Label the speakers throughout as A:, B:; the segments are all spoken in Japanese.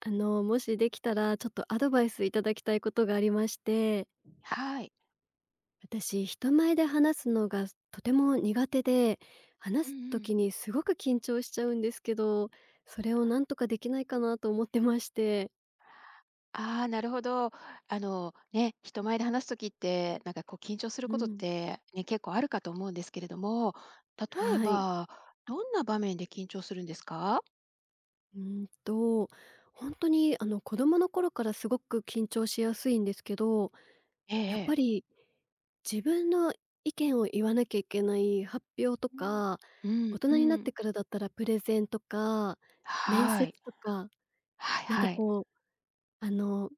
A: もしできたら、ちょっとアドバイスいただきたいことがありまして、
B: はい。
A: 私、人前で話すのがとても苦手で、
B: う
A: 話
B: ん
A: す
B: うん。
A: 時にすごく緊張しちゃうんですけど、それをなんとかできないかなと思ってまして。
B: ああ、なるほど。ね、人前で話すときって、こう緊張する
A: う
B: ことっ
A: ん。
B: て、結構あるかと思うんですけれども、例え
A: はい。
B: ば、どんな場面で緊張するんですか？
A: うんと、ほんとに子供の頃からすごく緊張しやすいんですけど
B: ええ
A: やっ
B: ええ。
A: ぱり、自分の意見を言わなきゃいけない発表と
B: うん。
A: か、
B: うん
A: 大人
B: う
A: になっ
B: ん。
A: てからだったらプレゼンとか、面
B: は
A: 接
B: い。
A: とか、
B: はい
A: なんか
B: はい。
A: こう、あの、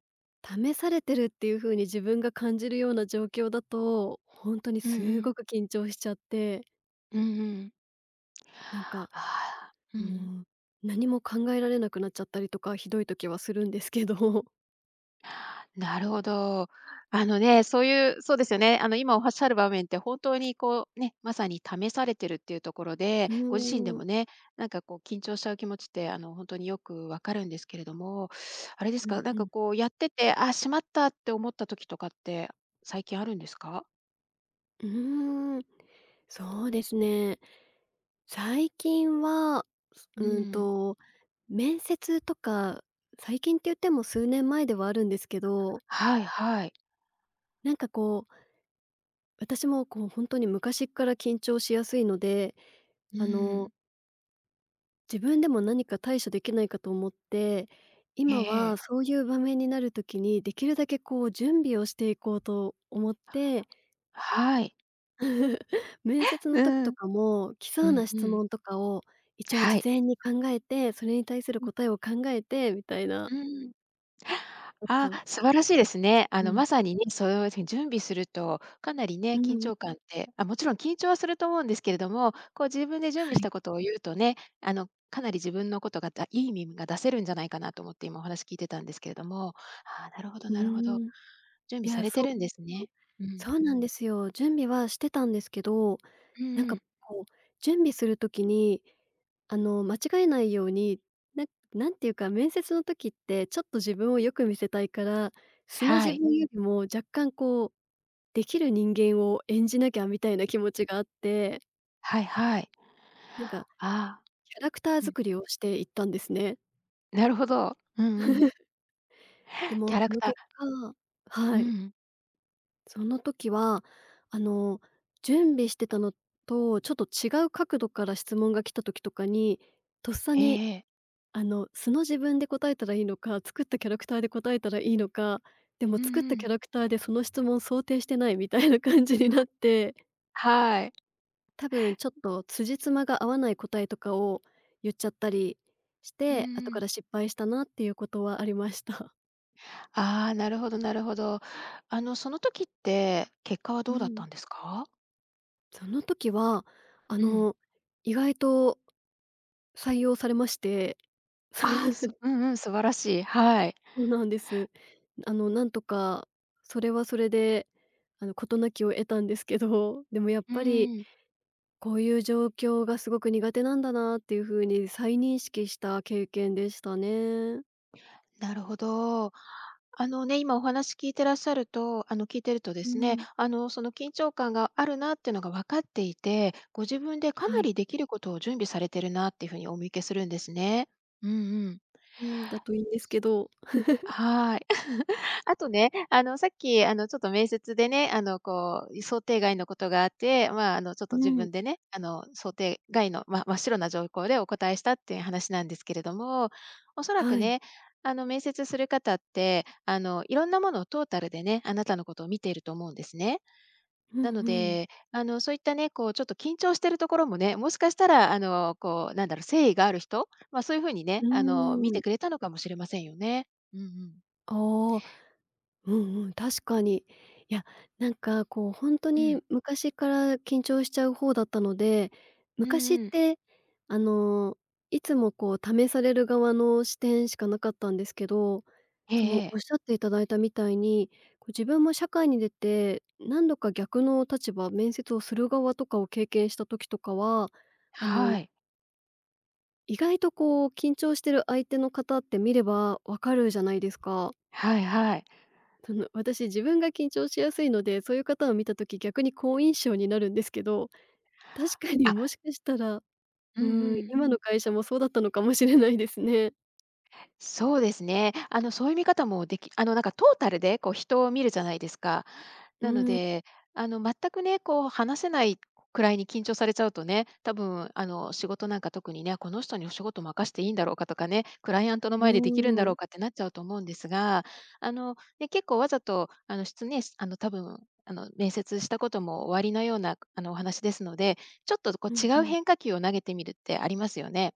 A: 試されてるっていう風に自分が感じるような状況だと、ほんとに
B: うんう
A: す
B: ん。
A: ごく緊張しちゃって、
B: うんうん。
A: なんか、
B: ああ、うん
A: う
B: う
A: ー
B: ん。
A: ん、何も考えられなくなっちゃったりとか、ひどい時はするんですけど。
B: なるほど。あのね、そういう、そうですよね。今おっしゃる場面って本当にこうね、まさに試されてるっていうところ
A: う
B: で、ご自身で
A: ーん。
B: もね、こう緊張しちゃう気持ちって、本当によくわかるんですけれども、あれで
A: う
B: すか、
A: んうん。
B: こうやってて、あ、しまったって思った時とかって最近あるんですか？
A: うーん。そうですね。最近は、す
B: う
A: うん
B: ん。
A: と、面接とか、最近って言っても数年前ではあるんですけど、
B: はいはい。
A: なんかこう、私もこう本当に昔っから緊張しやすいので、
B: う
A: あの、
B: ん。
A: 自分でも何か対処できないかと思って、
B: え
A: 今は
B: え
A: そういう場面になる時にできるだけこう準備をしていこうと思って
B: はい。
A: 面接の
B: う
A: 時と
B: ん。
A: かも、来そ
B: う
A: う
B: ん
A: な
B: う
A: 質
B: ん。
A: 問とかを一応
B: は
A: 事
B: い。
A: 前に考えて、それに対する答えを考えてみたいな、
B: うん。
A: あ
B: あ
A: と
B: あ、素晴らしいですね。
A: うん、
B: まさにね、そういうふうに準備すると、かなりね、
A: う
B: 緊
A: ん
B: 張感って、あ、もちろん緊張はすると思うんですけれども、こう自分で準
A: は
B: 備し
A: い、
B: たことを言うとね、かなり自分のことがだいい意味が出せるんじゃないかなと思って今お話聞いてたんですけれども、ああ、なるほど
A: う
B: なるほど。
A: ん、
B: 準
A: い
B: 備さ
A: や、
B: れて
A: そう。
B: るんですね。うん。
A: そうなんですよ。準備はしてたんですけど、
B: うん
A: なん
B: う
A: か
B: ん。
A: こう、準備する時に、間違えないように、ななんていうか、面接の時ってちょっと自分をよく見せたいから、素の
B: は
A: 自
B: い。
A: 分よりも若干こうできる人間を演じなきゃみたいな気持ちがあって、
B: はいはい。
A: なんか
B: ああ、
A: キャラクター
B: うん。
A: 作りをしていったんですね。
B: なるほど。うんうん。
A: でも
B: キャラ
A: そ
B: ク
A: の
B: タ
A: 結
B: ー
A: 果
B: う
A: はい、
B: ん。
A: その時はあの、準備してたのとちょっと違う角度から質問が来た時とかに、とっさ
B: え
A: に
B: え
A: 素の自分で答えたらいいのか、作ったキャラクターで答えたらいいのか、でも
B: うん
A: 作っ
B: う
A: たキ
B: ん。
A: ャラクターでその質問想定してないみたいな感じになって
B: ははい。
A: 多分ちょっと辻褄が合わない答えとかを言っちゃったりし
B: うんう
A: て、後か
B: ん。
A: ら失敗したなっていうことはありました。
B: ああ、なるほどなるほど。その時って、結果は
A: う
B: どうだっ
A: ん。
B: たんですか？
A: その時は、あ
B: うん。
A: の、意外と採用されまして、
B: ああ、すう んうん、素晴らしい。はい。
A: そうなんです。なんとかそれはそれで、事なきを得たんですけど、でもやっ
B: う
A: ぱり
B: ーん。
A: こういう状況がすごく苦手なんだなっていう風に再認識した経験でしたね。
B: なるほど。今お話聞いてらっしゃると聞いてるとで
A: う
B: すね、
A: ん。
B: その緊張感があるなっていうのが分かっていて、ご自分でか
A: は
B: な
A: い。
B: りできることを準備されてるなっていう風にお見受けするんですね。うんうん。
A: うん、だといいんですけど。
B: はい。あとね、あの、さっき、あの、ちょっと面接でね、想定外のことがあって、ちょっと
A: う
B: 自
A: ん。
B: 分でね、想定外の、真っ白な状況でお答えしたっていう話なんですけれども、おそらく
A: はい。
B: ね、面接する方って、いろんなものをトータルでね、あなたのことを見ていると思うんですね。
A: う
B: な
A: ん
B: の
A: うん。
B: で、そういったね、ちょっと緊張してるところもね、もしかしたら、なんだろう、誠意がある人、そういう風に
A: う
B: ね、見
A: ーん。
B: てくれたのかもしれませんよね。うんうん。
A: ああ、うんうん、確かに。いや、なんかこうほんと
B: う
A: に
B: ん。
A: 昔から緊張しちゃう方だったので、
B: う
A: 昔
B: ん
A: っ
B: うん。
A: て、あの、いつもこう試される側の視点しかなかったんですけど、
B: え
A: その
B: ええ
A: おっ
B: え。
A: しゃっていただいたみたいに、こう自分も社会に出て、何度か逆の立場、面接をする側とかを経験した時とかは、あの
B: はい。
A: 意外とこう緊張してる相手の方って見れば分かるじゃないですか。
B: はいはい。
A: その私自分が緊張しやすいので、そういう方を見た時逆に好印象になるんですけど、確かに
B: あ、
A: もしかしたら、う
B: うん
A: ーん、
B: うん。
A: 今の会社もそうだったのかもしれないですね。
B: そうですね。そういう見方もできトータルでこう人を見るじゃないですか。
A: う
B: なの
A: ーん、
B: で、全くね、こう話せないくらいに緊張されちゃうとね、多分、仕事なんか特にね、この人にお仕事任していいんだろうかとかね、クライアントの
A: う
B: 前でできるんだ
A: ー
B: ろ
A: ん、
B: うかってなっちゃうと思うんですが、あの、ね、結構わざと、あの、質ね、あの、多分、あの、面接したこともおありのような、お話ですので、ちょっとこ
A: う
B: う
A: ん
B: 違
A: う
B: う
A: ん、
B: 変化球を投げてみるってありますよね。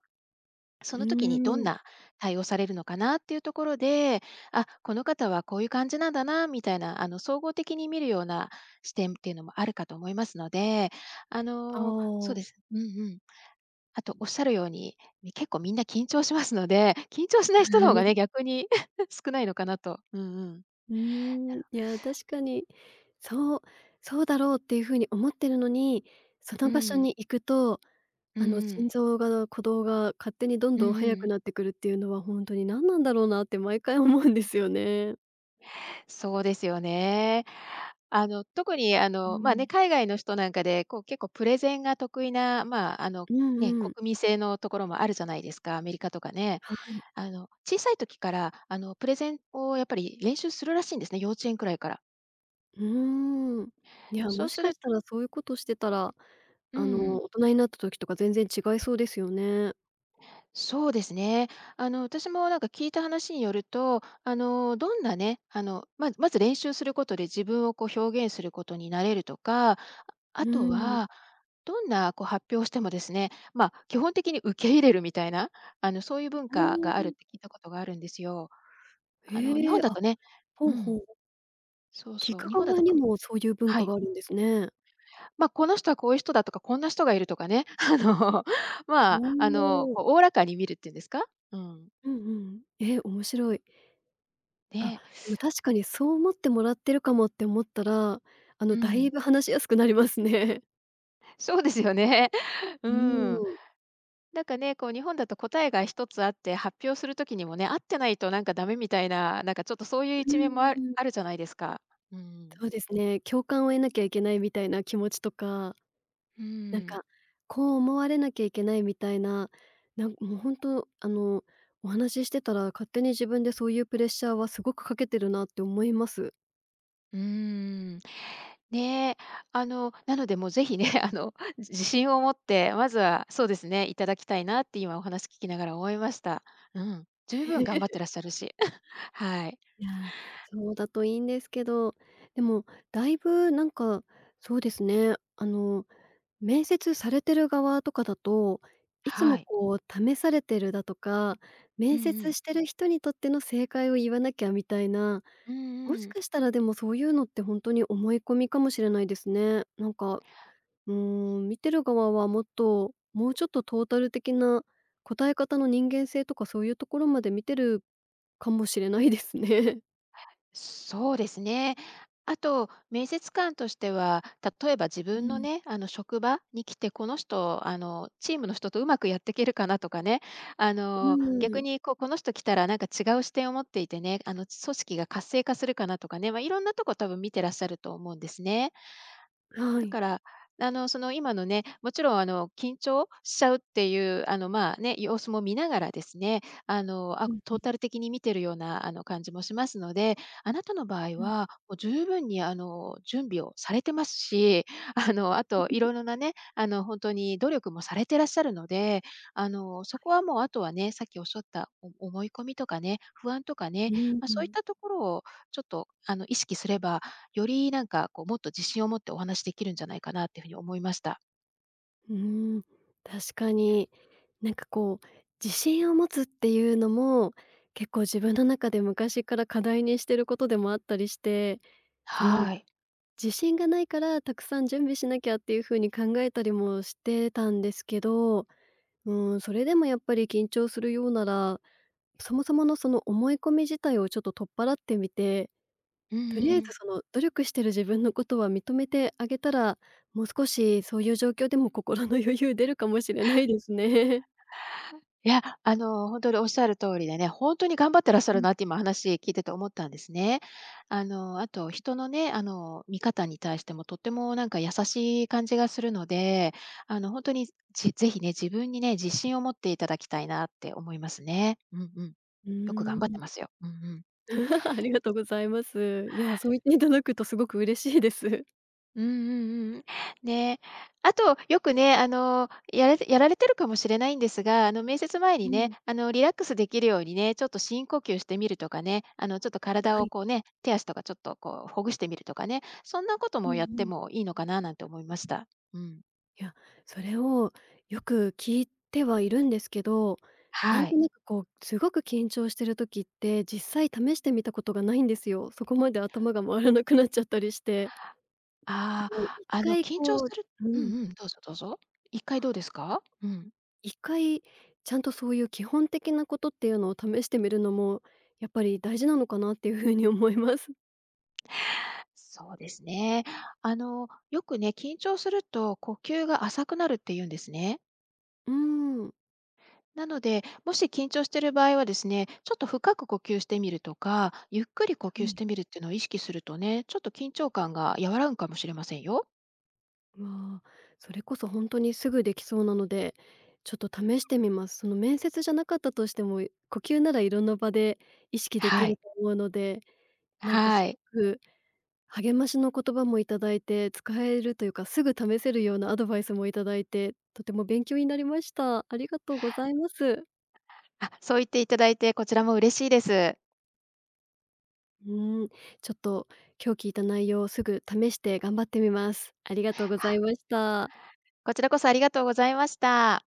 A: う
B: そ
A: ー
B: の時にどん
A: ん、
B: な対応されるのかなっていうところで、あ、この方はこういう感じなんだなみたいな、総合的に見るような視点っていうのもあるかと思いますので、
A: あ
B: そうで
A: あ。
B: す。うんうん。あとおっしゃるように、結構みんな緊張しますので、緊張しな
A: は
B: い人の方が
A: い。
B: ね、逆に 少ないのかなと。うんうん。
A: うーん、いや確かに、そう、そうだろうっていう風に思ってるのに、そ
B: う
A: の場所
B: ん。
A: に行くと
B: うんうん。
A: 心臓が鼓動が勝手にどん
B: うん
A: どん
B: う
A: 速く
B: ん。
A: なってくるっていうのは、ほんとに何なんだろうなって毎回思うんですよね。
B: そうですよね。あの、特にあ
A: う
B: の、まあ
A: ん。
B: ね、海外の人なんかで、こう結構プレゼンが得意な、
A: うんうん。
B: 国民性のところもあるじゃないですか、アメリカとかね。
A: はい。
B: 小さい時から、プレゼンをやっぱり練習するらしいんですね、幼稚園くらいから。
A: うーん。いや、
B: そ
A: も
B: う
A: し
B: す
A: か
B: る
A: したらそういうことしてたら、
B: うん。
A: 大人になった時とか全然違いそうですよね。
B: そうですね。私も聞いた話によると、あの、どんなね、あの、ままず練習することで自分をこう表現することになれるとか、あ
A: う
B: と
A: ん。
B: は、どんなこう発表をしてもですね、基本的に受け入れるみたいな、そういう文
A: ああ、
B: 化があるって聞いたことがあるんですよ。日
A: へえ、
B: 本だ
A: あ、
B: とね、う
A: ほうほ
B: ん、
A: う。
B: そう
A: 聞
B: そう、
A: く
B: 日本だ
A: 側
B: と
A: に
B: か、
A: もそういう文
B: は
A: 化
B: い。
A: があるんですね。
B: この人はこういう人だとか、こんな人がいるとかね、
A: おお。
B: おおらかに見るっていうんですかうん。
A: うんうん。え、面白い。あ、
B: ね、
A: でも確かにそう思ってもらってるかもって思ったら、
B: う
A: だい
B: ん。
A: ぶ話しやすくなりますね。
B: そうですよね。う
A: うー
B: ん。
A: ん、う
B: ね、こう日本だと答えが一つあって、発表するときにもね、合ってないとなんかダメみたいな、なんかちょっとそういう一面もあ
A: ー
B: る
A: ん。
B: あるじゃないですか。うん。
A: そうですね、共感を得なきゃいけないみたいな気持ちとか、
B: う
A: なん
B: ん。
A: か、こう思われなきゃいけないみたいな、なんもうほんと、あの、お話ししてたら勝手に自分でそういうプレッシャーはすごくかけてるなって思います。
B: うーん。ねえ、なのでもうぜひね、自信を持って、まずはそうですね、いただきたいなって今お話聞きながら思いました。うん。十分頑張っ てらっしゃるし。はい。
A: いや、そうだといいんですけど、でもだいぶなんか、そうですね、面接されてる側とかだと、いつ
B: は
A: も
B: い。
A: こう試されてるだとか、
B: うん
A: 面
B: う
A: 接
B: ん。
A: してる人にとっての正解を言わなきゃみたいな、
B: うん
A: もし
B: うん。
A: かしたらでもそういうのって本当に思い込みかもしれないですね。見てる側はもっと、もうちょっとトータル的な答え方の人間性とかそういうところまで見てるかもしれないですね。
B: そうですね。あと、面接官としては、例えば自
A: う
B: 分の
A: ん。
B: ね、職場に来て、この人、チームの人とうまくやっていけるかなとかね、
A: う
B: 逆
A: ん、
B: に、この人来たらなんか違う視点を持っていてね、組織が活性化するかなとかね、いろんなとこ多分見てらっしゃると思うんですね。
A: は
B: だ
A: い。
B: から、今のね、もちろん、緊張しちゃうっていう、様子も見ながらですね、
A: うんう
B: トー
A: ん
B: タル的に見てるような、感じもしますので、あなたの場合
A: うん。
B: は、もう十分に、準備をされてますし、あといろいろなね、本当に努力もされてらっしゃるので、そこはもう、あとはね、さっきおっしゃった、お思い込みとかね、不安とかね、
A: う
B: そういっ
A: ん。
B: たところをちょっと、意識すればよりなんかこう、もっと自信を持ってお話しできるんじゃないかなっていうふうに思いました。
A: うーん、確かに。なんかこう、自信を持つっていうのも、結構自分の中で昔から課題にしてることでもあったりして、その、
B: はい。
A: 自信がないからたくさん準備しなきゃっていう風に考えたりもしてたんですけど、うーん、それでもやっぱり緊張するようなら、そもそものその思い込み自体をちょっと取っ払ってみて
B: うん
A: とりあえ
B: う
A: ず
B: ん。
A: その努力してる自分のことは認めてあげたら、もう少しそういう状況でも心の余裕出るかもしれないですね。
B: いや、本当におっしゃる通りでね、本当に頑張ってらっしゃるなっ て今話聞いてて思ったんですね。あと人のね、見方に対してもとってもなんか優しい感じがするので、本当に、ぜひね、自分にね、自信を持っていただきたいなって思いますね。うんうん。
A: う
B: よく
A: ん。
B: 頑張
A: ー
B: ってま
A: ん。
B: すよ。うんうん。
A: ありがとうございます。いや、そう言っていただくとすごく嬉しいです。
B: うんうんうん。ね、あと、よくね、やられてるかもしれないんですが、面接前
A: う
B: にね、
A: ん。
B: リラックスできるようにね、ちょっと深呼吸してみるとかね、ちょっと体
A: は
B: を
A: い。
B: こうね、手足とかちょっとこう、ほぐしてみるとかね、そんなこと
A: うん
B: も
A: う
B: やって
A: ん。
B: もいいのかななんて思いました。うん。
A: いや、それをよく聞いてはいるんですけど、なん
B: は
A: と
B: い。
A: なくこう、すごく緊張してる時って、実際試してみたことがないんですよ。そこまで頭が回らなくなっちゃったりして。
B: あ
A: もう一
B: あ、
A: 回
B: 緊張
A: こ
B: する
A: うう
B: うん
A: ん。
B: うん、どうぞどうぞ。1回どうですか？うん。
A: 一回ちゃんとそういう基本的なことっていうのを試してみるのも、やっぱり大事なのかなっていう風に思います。
B: そうですね。よくね、緊張すると呼吸が浅くなるって言うんですね。
A: うーん。
B: なので、もし緊張している場合はですね、ちょっと深く呼吸してみるとか、ゆっくり呼
A: は
B: 吸し
A: い。
B: てみるっていうのを意識するとね、ちょっと緊張感が和らぐかもしれませんよ。
A: わあ、それこそ本当にすぐできそうなので、ちょっと試してみます。その面接じゃなかったとしても、呼吸ならいろんな場で意識でき
B: は
A: る
B: い。
A: と思うので、
B: は
A: す
B: い。
A: ごく励ましの言葉もいただいて、使えるというか、すぐ試せるようなアドバイスもいただいて、とても勉強になりました。ありがとうございます。
B: あ、そう言っていただいて、こちらも嬉しいです。
A: うーん、ちょっと今日聞いた内容をすぐ試して頑張ってみます。ありがとうござい
B: あ
A: ました。
B: こちらこそありがとうございました。